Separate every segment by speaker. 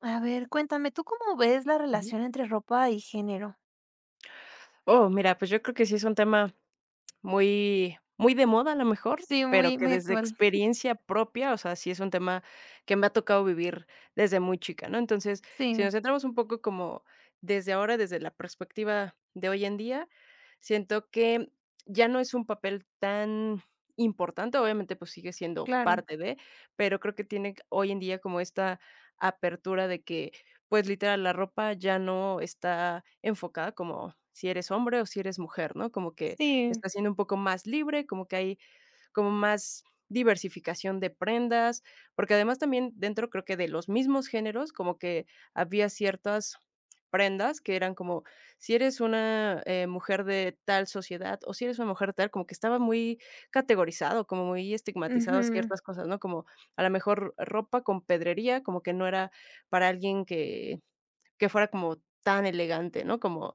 Speaker 1: A ver, cuéntame, ¿tú cómo ves la
Speaker 2: Ujú.
Speaker 1: relación entre ropa y género?
Speaker 2: Oh, mira, pues yo creo que sí es un tema muy muy de moda, a lo mejor,
Speaker 1: Sí,
Speaker 2: pero
Speaker 1: muy
Speaker 2: que
Speaker 1: muy
Speaker 2: desde
Speaker 1: actual.
Speaker 2: experiencia propia, o sea, sí es un tema que me ha tocado vivir desde muy chica, ¿no? Entonces, si
Speaker 1: Sí,
Speaker 2: nos centramos un poco como desde ahora, desde la perspectiva de hoy en día, siento que ya no es un papel tan importante, obviamente, pues, sigue siendo
Speaker 1: claro.
Speaker 2: parte de, pero creo que tiene hoy en día como esta apertura de que, pues, literal, la ropa ya no está enfocada como si eres hombre o si eres mujer, ¿no? Como que
Speaker 1: Sí,
Speaker 2: está siendo un poco más libre, como que hay como más diversificación de prendas, porque además también dentro creo que de los mismos géneros, como que había ciertas prendas que eran como, si eres una, mujer de tal sociedad o si eres una mujer tal, como que estaba muy categorizado, como muy estigmatizado
Speaker 1: ujú.
Speaker 2: ciertas cosas, ¿no? Como a lo mejor ropa con pedrería, como que no era para alguien que fuera como tan elegante, ¿no? Como,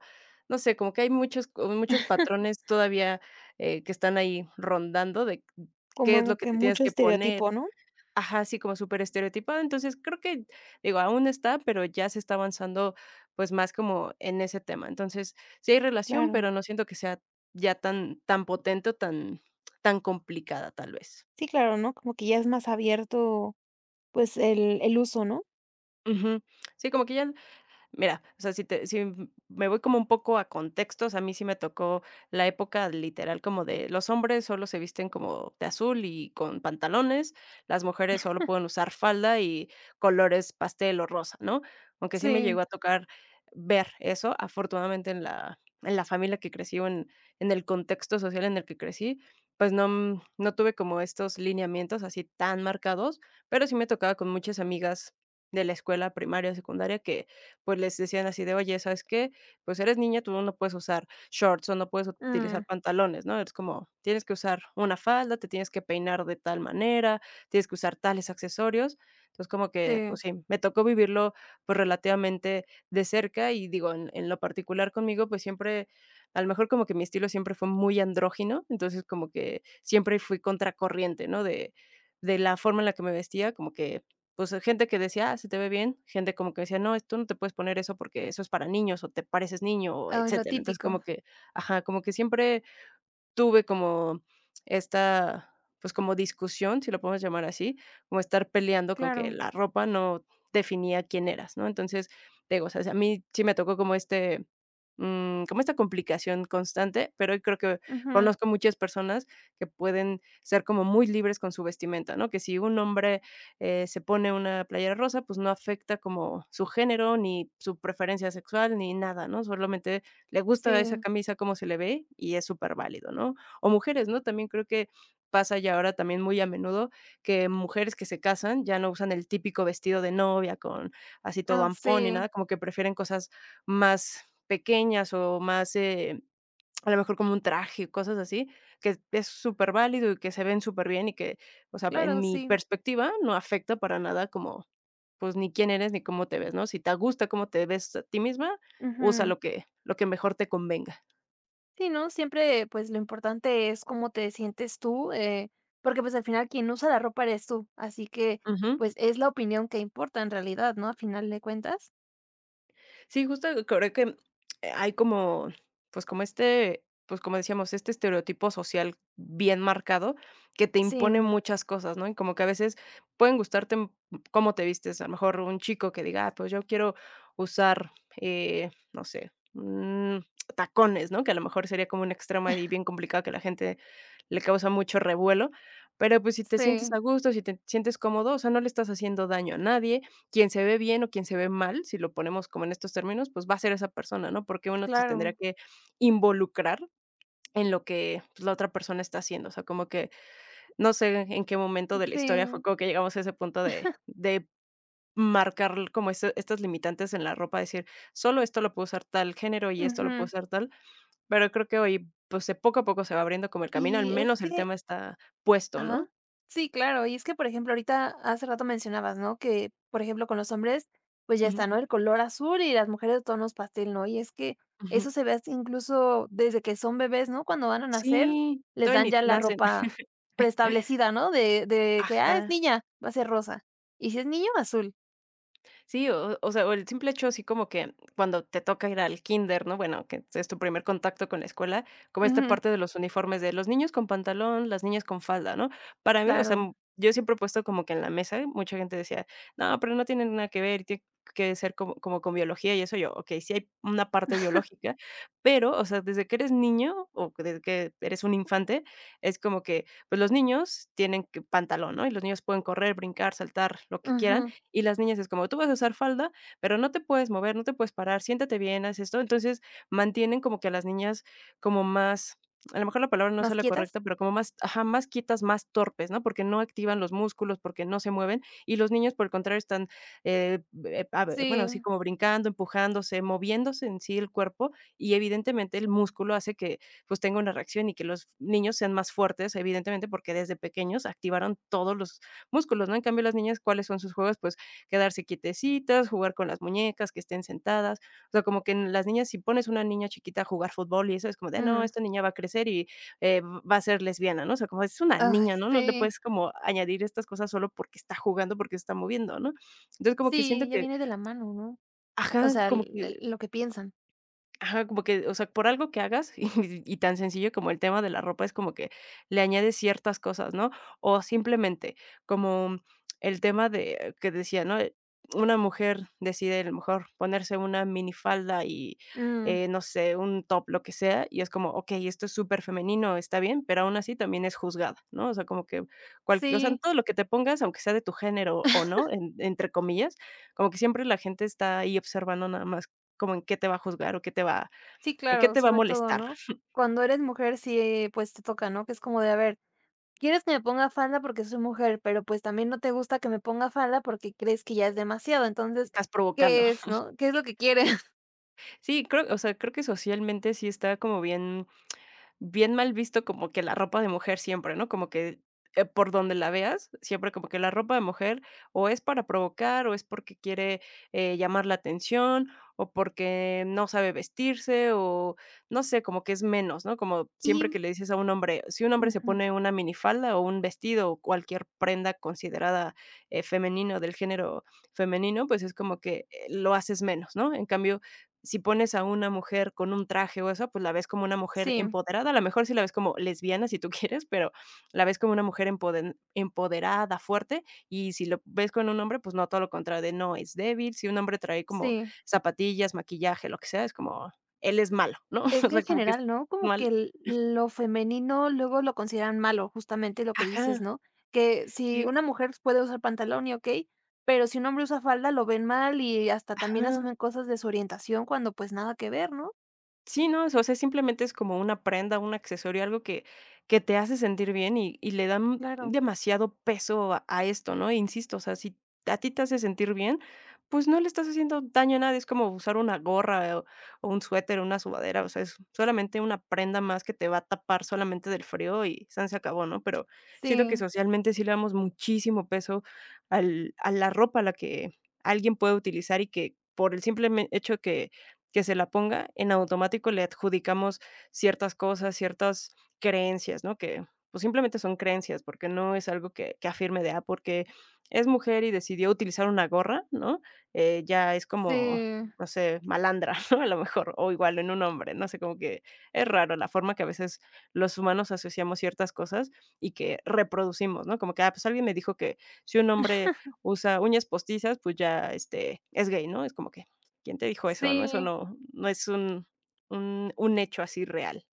Speaker 2: no sé, como que hay muchos como muchos patrones todavía, que están ahí rondando de qué es lo
Speaker 1: Como
Speaker 2: que
Speaker 1: que
Speaker 2: te tienes
Speaker 1: mucho
Speaker 2: que poner.
Speaker 1: estereotipo, ¿no?
Speaker 2: Ajá, así como súper estereotipado. Entonces, creo que, digo, aún está, pero ya se está avanzando, pues, más como en ese tema. Entonces, sí hay relación,
Speaker 1: Claro.
Speaker 2: pero no siento que sea ya tan tan potente o tan tan complicada, tal vez.
Speaker 1: Sí, claro, ¿no? Como que ya es más abierto, pues, el uso, ¿no?
Speaker 2: Ujú. Sí, como que ya. Mira, o sea, si me voy como un poco a contextos, a mí sí me tocó la época literal como de los hombres solo se visten como de azul y con pantalones, las mujeres solo pueden usar falda y colores pastel o rosa, ¿no? Aunque sí me llegó
Speaker 1: Sí,
Speaker 2: a tocar ver eso, afortunadamente en la familia que crecí o en el contexto social en el que crecí, pues no, no tuve como estos lineamientos así tan marcados, pero sí me tocaba con muchas amigas de la escuela primaria, secundaria que pues, les decían así de: "Oye, ¿sabes qué? Pues, eres niña, tú no puedes usar shorts o no puedes
Speaker 1: mm,
Speaker 2: utilizar pantalones", ¿no? Es como: "Tienes que usar una falda, te tienes que peinar de tal manera, tienes que usar tales accesorios". Entonces, como que,
Speaker 1: sí.
Speaker 2: pues sí, me tocó vivirlo, pues, relativamente de cerca y digo, en lo particular conmigo, pues, siempre, a lo mejor como que mi estilo siempre fue muy andrógino, entonces como que siempre fui contracorriente, ¿no? De la forma en la que me vestía, como que pues, gente que decía: "Ah, se te ve bien", gente como que decía: "No, es- tú no te puedes poner eso porque eso es para niños o te pareces niño", o
Speaker 1: Ay, lo
Speaker 2: etcétera. Entonces, como
Speaker 1: típico,
Speaker 2: que ajá, como que siempre tuve como esta, pues, como discusión, si lo podemos llamar así, como estar peleando con que
Speaker 1: claro.
Speaker 2: la ropa no definía quién eras, ¿no? Entonces, te digo, o sea, a mí sí me tocó como este, como esta complicación constante, pero hoy creo que
Speaker 1: Ujú,
Speaker 2: conozco muchas personas que pueden ser como muy libres con su vestimenta, ¿no? Que si un hombre, se pone una playera rosa, pues, no afecta como su género, ni su preferencia sexual, ni nada, ¿no? Solamente le gusta esa
Speaker 1: sí,
Speaker 2: camisa como se le ve y es súper válido, ¿no? O mujeres, ¿no? También creo que pasa ya ahora también muy a menudo que mujeres que se casan ya no usan el típico vestido de novia con así todo
Speaker 1: ah,
Speaker 2: ampón ni
Speaker 1: sí,
Speaker 2: nada, como que prefieren cosas más pequeñas o más, a lo mejor como un traje, cosas así, que es súper válido y que se ven súper bien y que, o sea, en
Speaker 1: claro,
Speaker 2: mi
Speaker 1: sí.
Speaker 2: perspectiva, no afecta para nada como pues, ni quién eres ni cómo te ves, ¿no? Si te gusta cómo te ves a ti misma, usa lo que mejor te convenga.
Speaker 1: Sí, ¿no? Siempre, pues, lo importante es cómo te sientes tú, porque, pues, al final quien usa la ropa eres tú, así que,
Speaker 2: Ujú.
Speaker 1: pues, es la opinión que importa en realidad, ¿no? A final de cuentas.
Speaker 2: Sí, justo creo que hay como, pues como este, pues como decíamos, este estereotipo social bien marcado que te
Speaker 1: Sí,
Speaker 2: impone muchas cosas, ¿no? Y como que a veces pueden gustarte m- cómo te vistes, a lo mejor un chico que diga, "Ah, pues yo quiero usar, no sé, tacones, ¿no? Que a lo mejor sería como un extremo ahí bien complicado que la gente le causa mucho revuelo, pero pues si te sientes
Speaker 1: sí,
Speaker 2: a gusto, si te sientes cómodo, o sea, no le estás haciendo daño a nadie quien se ve bien o quien se ve mal, si lo ponemos como en estos términos, pues va a ser esa persona, ¿no? Porque uno se tendría
Speaker 1: claro,
Speaker 2: que involucrar en lo que, pues, la otra persona está haciendo. O sea, como que no sé en qué momento de la historia fue
Speaker 1: sí,
Speaker 2: como que llegamos a ese punto de marcar como ese estas limitantes en la ropa, decir: "Solo esto lo puedo usar tal género y esto lo puedo
Speaker 1: ujú.
Speaker 2: usar tal", pero creo que hoy, pues, de poco a poco se va abriendo como el camino, al
Speaker 1: Y es
Speaker 2: menos el
Speaker 1: que,
Speaker 2: tema está puesto, ¿no?
Speaker 1: ajá. Sí, claro. Y es que, por ejemplo, ahorita hace rato mencionabas, ¿no? Que, por ejemplo, con los hombres, pues ya
Speaker 2: Ujú,
Speaker 1: está, ¿no? El color azul y las mujeres tonos pastel, ¿no? Y es que eso
Speaker 2: ujú.
Speaker 1: se ve hasta incluso desde que son bebés, ¿no? Cuando van a nacer,
Speaker 2: Sí,
Speaker 1: les
Speaker 2: todavía
Speaker 1: dan
Speaker 2: ni
Speaker 1: ya la
Speaker 2: nacen.
Speaker 1: ropa preestablecida, ¿no? De que, ah, es
Speaker 2: Ajá.
Speaker 1: niña, va a ser rosa. Y si es niño, azul.
Speaker 2: Sí, o sea, o el simple hecho así como que cuando te toca ir al kinder, ¿no? Bueno, que es tu primer contacto con la escuela, como esta
Speaker 1: Ujú,
Speaker 2: parte de los uniformes de los niños con pantalón, las niñas con falda, ¿no? Para mí, o sea,
Speaker 1: claro.
Speaker 2: yo siempre he puesto como que en la mesa, mucha gente decía: "No, pero no tiene nada que ver, tiene que ser como como con biología", y eso yo, okey, sí hay una parte biológica, pero, o sea, desde que eres niño o que desde que eres un infante, es como que, pues, los niños tienen que pantalón, ¿no? Y los niños pueden correr, brincar, saltar, lo que quieran,
Speaker 1: Ujú.
Speaker 2: y las niñas es como: "Tú vas a usar falda, pero no te puedes mover, no te puedes parar, siéntate bien, haz esto". Entonces, mantienen como que a las niñas como más, a lo mejor la palabra no sea
Speaker 1: ¿Más
Speaker 2: la
Speaker 1: quietas?
Speaker 2: correcta, pero como más ajá, más quietas, más torpes, ¿no? Porque no activan los músculos, porque no se mueven, y los niños, por el contrario, están, eh, a ve bueno,
Speaker 1: Sí.
Speaker 2: así como brincando, empujándose, moviéndose en sí el cuerpo, y evidentemente el músculo hace que, pues, tenga una reacción y que los niños sean más fuertes, evidentemente, porque desde pequeños activaron todos los músculos, ¿no? En cambio, las niñas, ¿cuáles son sus juegos? Pues quedarse quietecitas, jugar con las muñecas, que estén sentadas. O sea, como que en las niñas, si pones una niña chiquita a jugar fútbol y eso es como de: "No,
Speaker 1: Mm.
Speaker 2: esta niña va a crecer y, va a ser lesbiana", ¿no? O sea, como es una niña,
Speaker 1: Ay,
Speaker 2: ¿no? No le
Speaker 1: sí.
Speaker 2: puedes como añadir estas cosas solo porque está jugando, porque se está moviendo, ¿no? Entonces, como que
Speaker 1: Sí,
Speaker 2: siento
Speaker 1: ya
Speaker 2: que
Speaker 1: viene de la mano, ¿no? O
Speaker 2: ajá,
Speaker 1: sea,
Speaker 2: como que.
Speaker 1: lo que piensan.
Speaker 2: Ajá, como que, o sea, por algo que hagas, y tan sencillo como el tema de la ropa, es como que le añades ciertas cosas, ¿no? O simplemente, como el tema de que decía, ¿no? Una mujer decide, a lo mejor, ponerse una minifalda y,
Speaker 1: Mm,
Speaker 2: no sé, un top, lo que sea, y es como, okey, esto es súper femenino está bien, pero aún así también es juzgada, ¿no? O sea, como que cual o sea,
Speaker 1: sí.
Speaker 2: todo lo que te pongas, aunque sea de tu género o no, en entre comillas, como que siempre la gente está ahí observando nada más como en qué te va a juzgar o qué te va
Speaker 1: Sí,
Speaker 2: en qué
Speaker 1: claro,
Speaker 2: te va a
Speaker 1: sobre todo,
Speaker 2: molestar,
Speaker 1: ¿no? Cuando eres mujer, sí, pues te toca, ¿no? Que es como de, a ver, quieres que me ponga falda porque soy mujer, pero pues también no te gusta que me ponga falda porque crees que ya es demasiado.
Speaker 2: qué
Speaker 1: Entonces,
Speaker 2: estás provocando.
Speaker 1: ¿qué es, no? ¿Qué es lo que quieres?
Speaker 2: Sí, creo, o sea, creo que socialmente sí está como bien bien mal visto como que la ropa de mujer siempre, ¿no? Como que, por donde la veas, siempre como que la ropa de mujer o es para provocar, o es porque quiere, llamar la atención, o porque no sabe vestirse, o no sé, como que es menos, ¿no? Como
Speaker 1: Y
Speaker 2: siempre que le dices a un hombre, si un hombre se
Speaker 1: ujú,
Speaker 2: pone una minifalda o un vestido, o cualquier prenda considerada, femenina del género femenino, pues es como que, lo haces menos, ¿no? En cambio, si pones a una mujer con un traje o eso, pues la ves como una mujer
Speaker 1: sí,
Speaker 2: empoderada, a lo mejor sí la ves como lesbiana si tú quieres, pero la ves como una mujer empoden empoderada, fuerte, y si lo ves con un hombre, pues no, todo lo contrario, de no, es débil, si un hombre trae como
Speaker 1: sí.
Speaker 2: zapatillas, maquillaje, lo que sea, es como él es malo, ¿no?
Speaker 1: Es
Speaker 2: O
Speaker 1: que en
Speaker 2: sea, como que es
Speaker 1: general, ¿no? Como que
Speaker 2: mal
Speaker 1: lo femenino luego lo consideran malo, justamente lo que dices,
Speaker 2: ajá,
Speaker 1: ¿no? Que si
Speaker 2: sí,
Speaker 1: una mujer puede usar pantalón y ok, pero si un hombre usa falda lo ven mal y hasta también
Speaker 2: ajá.
Speaker 1: asumen cosas de su orientación cuando pues nada que ver, ¿no?
Speaker 2: Sí, no, o sea, simplemente es como una prenda, un accesorio, algo que te hace sentir bien y le dan
Speaker 1: Claro,
Speaker 2: demasiado peso a esto, ¿no? E insisto, o sea, si a ti te hace sentir bien, pues no le estás haciendo daño a nadie, es como usar una gorra o un suéter, una sudadera, o sea, es solamente una prenda más que te va a tapar solamente del frío y san se acabó, ¿no? Pero siento que
Speaker 1: sí,
Speaker 2: socialmente sí le damos muchísimo peso al a la ropa, a la que alguien puede utilizar y que por el simple me hecho que se la ponga, en automático le adjudicamos ciertas cosas, ciertas creencias, ¿no? Que, pues, simplemente son creencias, porque no es algo que afirme de, ah, porque es mujer y decidió utilizar una gorra, ¿no? Ya es como,
Speaker 1: sí,
Speaker 2: no sé, malandra, ¿no? A lo mejor, o igual en un hombre, no sé, como que es raro la forma que a veces los humanos asociamos ciertas cosas y que reproducimos, ¿no? Como que, ah, pues, alguien me dijo que si un hombre usa uñas postizas, pues, ya, es gay, ¿no? Es como que ¿quién te dijo eso?, ¿no? Eso
Speaker 1: sí,
Speaker 2: no es un un hecho así real.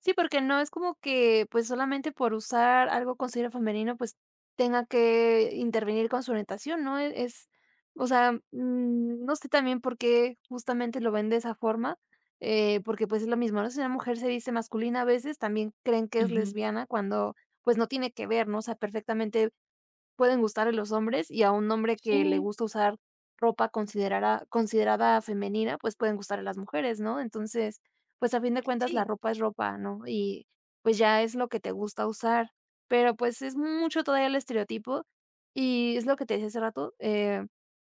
Speaker 1: sí, porque no es como que, pues, solamente por usar algo con signo femenino, pues, tenga que intervenir con su orientación, ¿no? Es, o sea, no sé también por qué justamente lo ven de esa forma, porque pues es lo mismo, ¿no? Si una mujer se dice masculina a veces, también creen que es
Speaker 2: Ujú.
Speaker 1: lesbiana cuando, pues, no tiene que ver, ¿no? O sea, perfectamente pueden gustar en los hombres y a un hombre que le
Speaker 2: Sí,
Speaker 1: gusta usar ropa considerada considerada femenina, pues, pueden gustar a las mujeres, ¿no? Entonces, pues, a fin de cuentas, la
Speaker 2: sí.
Speaker 1: ropa es ropa, ¿no? Y, pues, ya es lo que te gusta usar, pero, pues, es mucho todavía el estereotipo y es lo que te decía hace rato,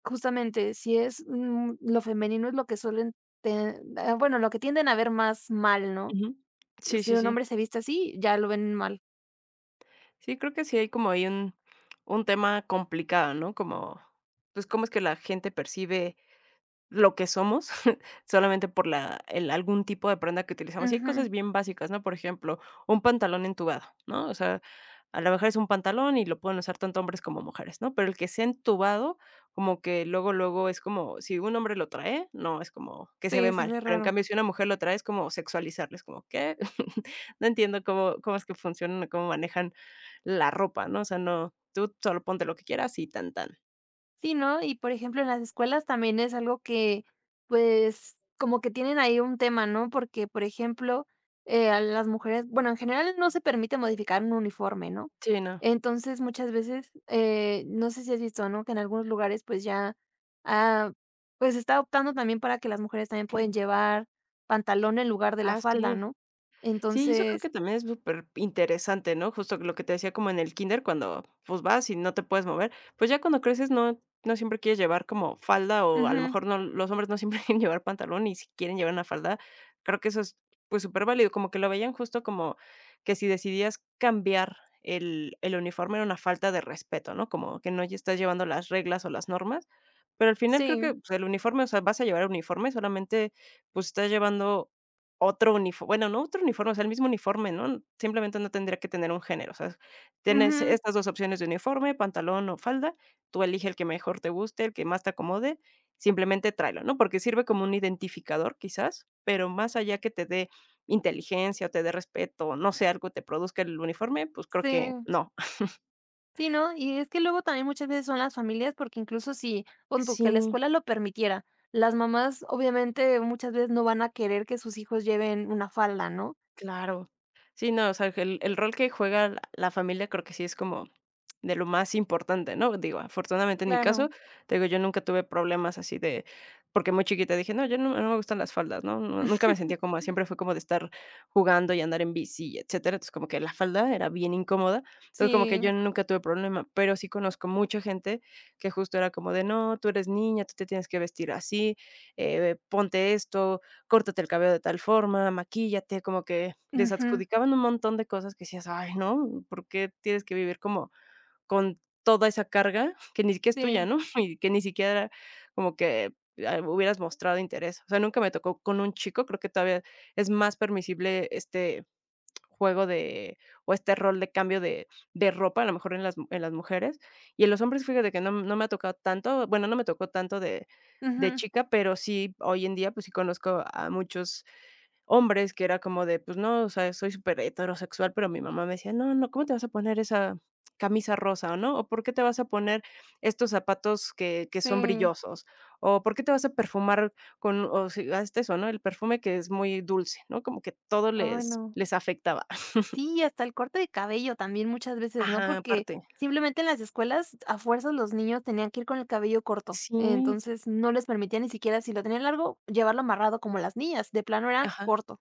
Speaker 1: justamente, si es, lo femenino es lo que suelen te ah, bueno, lo que tienden a ver más mal, ¿no?
Speaker 2: Ujú. Sí,
Speaker 1: Si
Speaker 2: sí,
Speaker 1: un
Speaker 2: sí.
Speaker 1: hombre se viste así, ya lo ven mal.
Speaker 2: Sí, creo que sí hay como ahí un tema complicado, ¿no? Como, pues, cómo es que la gente percibe lo que somos, solamente por la el algún tipo de prenda que utilizamos. Y hay
Speaker 1: Ujú.
Speaker 2: cosas bien básicas, ¿no? Por ejemplo, un pantalón entubado, ¿no? O sea, a lo mejor es un pantalón y lo pueden usar tanto hombres como mujeres, ¿no? Pero el que sea entubado, como que luego, luego es como, si un hombre lo trae, no, es como que se ve
Speaker 1: Sí, se
Speaker 2: mal.
Speaker 1: ve
Speaker 2: Pero en
Speaker 1: raro.
Speaker 2: cambio, si una mujer lo trae, es como sexualizarles como, ¿qué? No entiendo cómo es que funcionan o cómo manejan la ropa, ¿no? O sea, no, tú solo ponte lo que quieras y tan tan.
Speaker 1: Sí, ¿no? Y por ejemplo, en las escuelas también es algo que, pues, como que tienen ahí un tema, ¿no? Porque, por ejemplo, a las mujeres, bueno, en general no se permite modificar un uniforme, ¿no?
Speaker 2: Sí, no.
Speaker 1: Entonces, muchas veces, no sé si has visto, ¿no? Que en algunos lugares, pues ya, ah, pues se está optando también para que las mujeres también pueden llevar pantalón en lugar de la
Speaker 2: Ah,
Speaker 1: falda,
Speaker 2: sí.
Speaker 1: ¿no?
Speaker 2: Sí, eso creo que
Speaker 1: Entonces,
Speaker 2: también es súper interesante, ¿no? Justo lo que te decía como en el kinder cuando, pues, vas y no te puedes mover, pues, ya cuando creces no siempre quieres llevar como falda o a lo
Speaker 1: ujú,
Speaker 2: mejor no, los hombres no siempre quieren llevar pantalón y si quieren llevar una falda, creo que eso es, pues, súper válido, como que lo veían justo como que si decidías cambiar el uniforme era una falta de respeto, ¿no? Como que no, ya estás llevando las reglas o las normas, pero al final creo
Speaker 1: sí,
Speaker 2: que, pues, el uniforme, o sea, vas a llevar uniforme, solamente, pues, estás llevando otro uniforme, bueno, no otro uniforme, o sea, el mismo uniforme, ¿no? Simplemente no tendría que tener un género, o sea, tienes
Speaker 1: ujú,
Speaker 2: estas 2 opciones de uniforme, pantalón o falda, tú elige el que mejor te guste, el que más te acomode, simplemente tráelo, ¿no? Porque sirve como un identificador quizás, pero más allá que te dé inteligencia o te dé respeto, o no sé, algo te produzca el uniforme, pues creo que
Speaker 1: sí.
Speaker 2: no.
Speaker 1: Sí, ¿no? Y es que luego también muchas veces son las familias, porque incluso si, pon que la
Speaker 2: Sí.
Speaker 1: escuela lo permitiera, las mamás obviamente muchas veces no van a querer que sus hijos lleven una falda, ¿no?
Speaker 2: Claro. Sí, no, o sea, que el rol que juega la familia creo que sí es como de lo más importante, ¿no? Digo, afortunadamente en mi
Speaker 1: Claro.
Speaker 2: caso, te digo, yo nunca tuve problemas así de porque muy chiquita dije: "No, yo no me gustan las faldas", ¿no? Nu nunca me sentía cómoda, siempre fue como de estar jugando y andar en bici y etcétera. Entonces, como que la falda era bien incómoda. Entonces, como que
Speaker 1: Sí,
Speaker 2: yo nunca tuve problema, pero sí conozco mucha gente que justo era como de: "No, tú eres niña, tú te tienes que vestir así, ponte esto, córtate el cabello de tal forma, maquíllate", como que les
Speaker 1: ujú,
Speaker 2: adjudicaban un montón de cosas que decías: "Ay, no, ¿por qué tienes que vivir como con toda esa carga que ni siquiera es tuya,
Speaker 1: sí,
Speaker 2: no?". Y que ni siquiera como que, ah, hubieras mostrado interés. O sea, nunca me tocó con un chico, creo que todavía es más permisible este juego de o este rol de cambio de ropa, a lo mejor en las mujeres. Y en los hombres, fíjate que no me ha tocado tanto, bueno, no me tocó tanto de
Speaker 1: ujú,
Speaker 2: chica, pero sí, hoy en día, pues sí conozco a muchos hombres que era como de, pues no, o sea, soy súper heterosexual pero mi mamá me decía: "No, no, ¿cómo te vas a poner esa camisa rosa, no? O, ¿por qué te vas a poner estos zapatos que son
Speaker 1: sí.
Speaker 2: brillosos? O, ¿por qué te vas a perfumar con?". O si hasta eso, ¿no? El perfume que es muy dulce, ¿no? Como que todo
Speaker 1: Ay, no.
Speaker 2: les afectaba.
Speaker 1: Sí, y hasta el corte de cabello también muchas veces, ¿no?
Speaker 2: Ajá,
Speaker 1: Porque
Speaker 2: aparte.
Speaker 1: simplemente en las escuelas a fuerzas los niños tenían que ir con el cabello corto,
Speaker 2: Sí,
Speaker 1: entonces no les permitía ni siquiera si lo tenían largo llevarlo amarrado como las niñas, de plano era
Speaker 2: ajá.
Speaker 1: corto.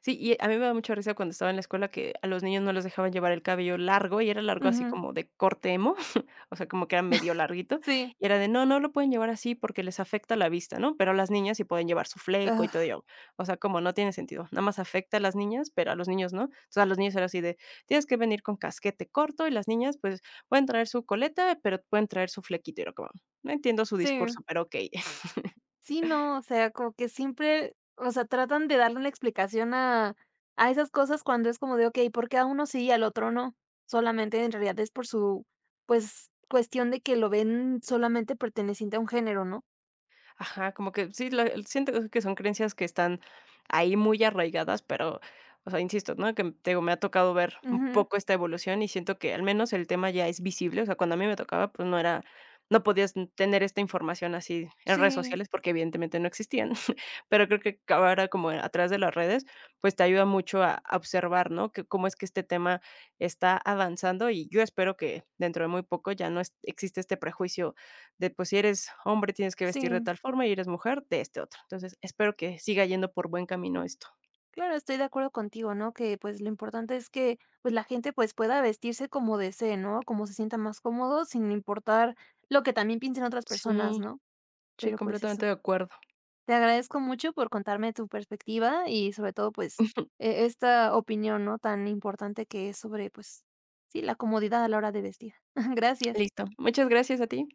Speaker 2: Sí, y a mí me da mucha risa cuando estaba en la escuela que a los niños no les dejaban llevar el cabello largo, y era largo así
Speaker 1: Ujú,
Speaker 2: como de corte emo, o sea, como que era medio larguito,
Speaker 1: sí.
Speaker 2: y era de: "No, no lo pueden llevar así porque les afecta la vista", ¿no? Pero las niñas sí pueden llevar su fleco y todo,
Speaker 1: Ah,
Speaker 2: y o sea, como no tiene sentido, nada más afecta a las niñas, pero a los niños no. Entonces, a los niños era así de: "Tienes que venir con casquete corto", y las niñas, pues, pueden traer su coleta, pero pueden traer su flequito, y era como: "No entiendo su
Speaker 1: sí,
Speaker 2: discurso, pero okey".
Speaker 1: sí, no, o sea, como que siempre, o sea, tratan de darle una explicación a esas cosas cuando es como de: "Okey, ¿por qué a uno sí y al otro no?". Solamente en realidad es por su, pues, cuestión de que lo ven solamente perteneciente a un género, ¿no?
Speaker 2: Ajá, como que sí, la siento que son creencias que están ahí muy arraigadas, pero, o sea, insisto, ¿no? Que te digo, me ha tocado ver un
Speaker 1: Ujú.
Speaker 2: poco esta evolución y siento que al menos el tema ya es visible. O sea, cuando a mí me tocaba, pues no era, no podías tener esta información así en redes
Speaker 1: Sí,
Speaker 2: sociales porque evidentemente no existían. Pero creo que ahora como a través de las redes, pues te ayuda mucho a observar, ¿no? Que cómo es que este tema está avanzando y yo espero que dentro de muy poco ya no es existe este prejuicio de, pues, si eres hombre tienes que vestir de
Speaker 1: sí.
Speaker 2: tal forma y eres mujer de este otro. Entonces, espero que siga yendo por buen camino esto.
Speaker 1: Claro, estoy de acuerdo contigo, ¿no? Que, pues, lo importante es que, pues, la gente, pues, pueda vestirse como desee, ¿no? Como se sienta más cómodo, sin importar lo que también piensen otras personas,
Speaker 2: Sí,
Speaker 1: ¿no?
Speaker 2: sí,
Speaker 1: Pero, pues, eso.
Speaker 2: completamente de acuerdo.
Speaker 1: Te agradezco mucho por contarme tu perspectiva y sobre todo, pues, esta opinión, ¿no? Tan importante que es sobre, pues, sí, la comodidad a la hora de vestir. Gracias.
Speaker 2: Listo. Muchas gracias a ti.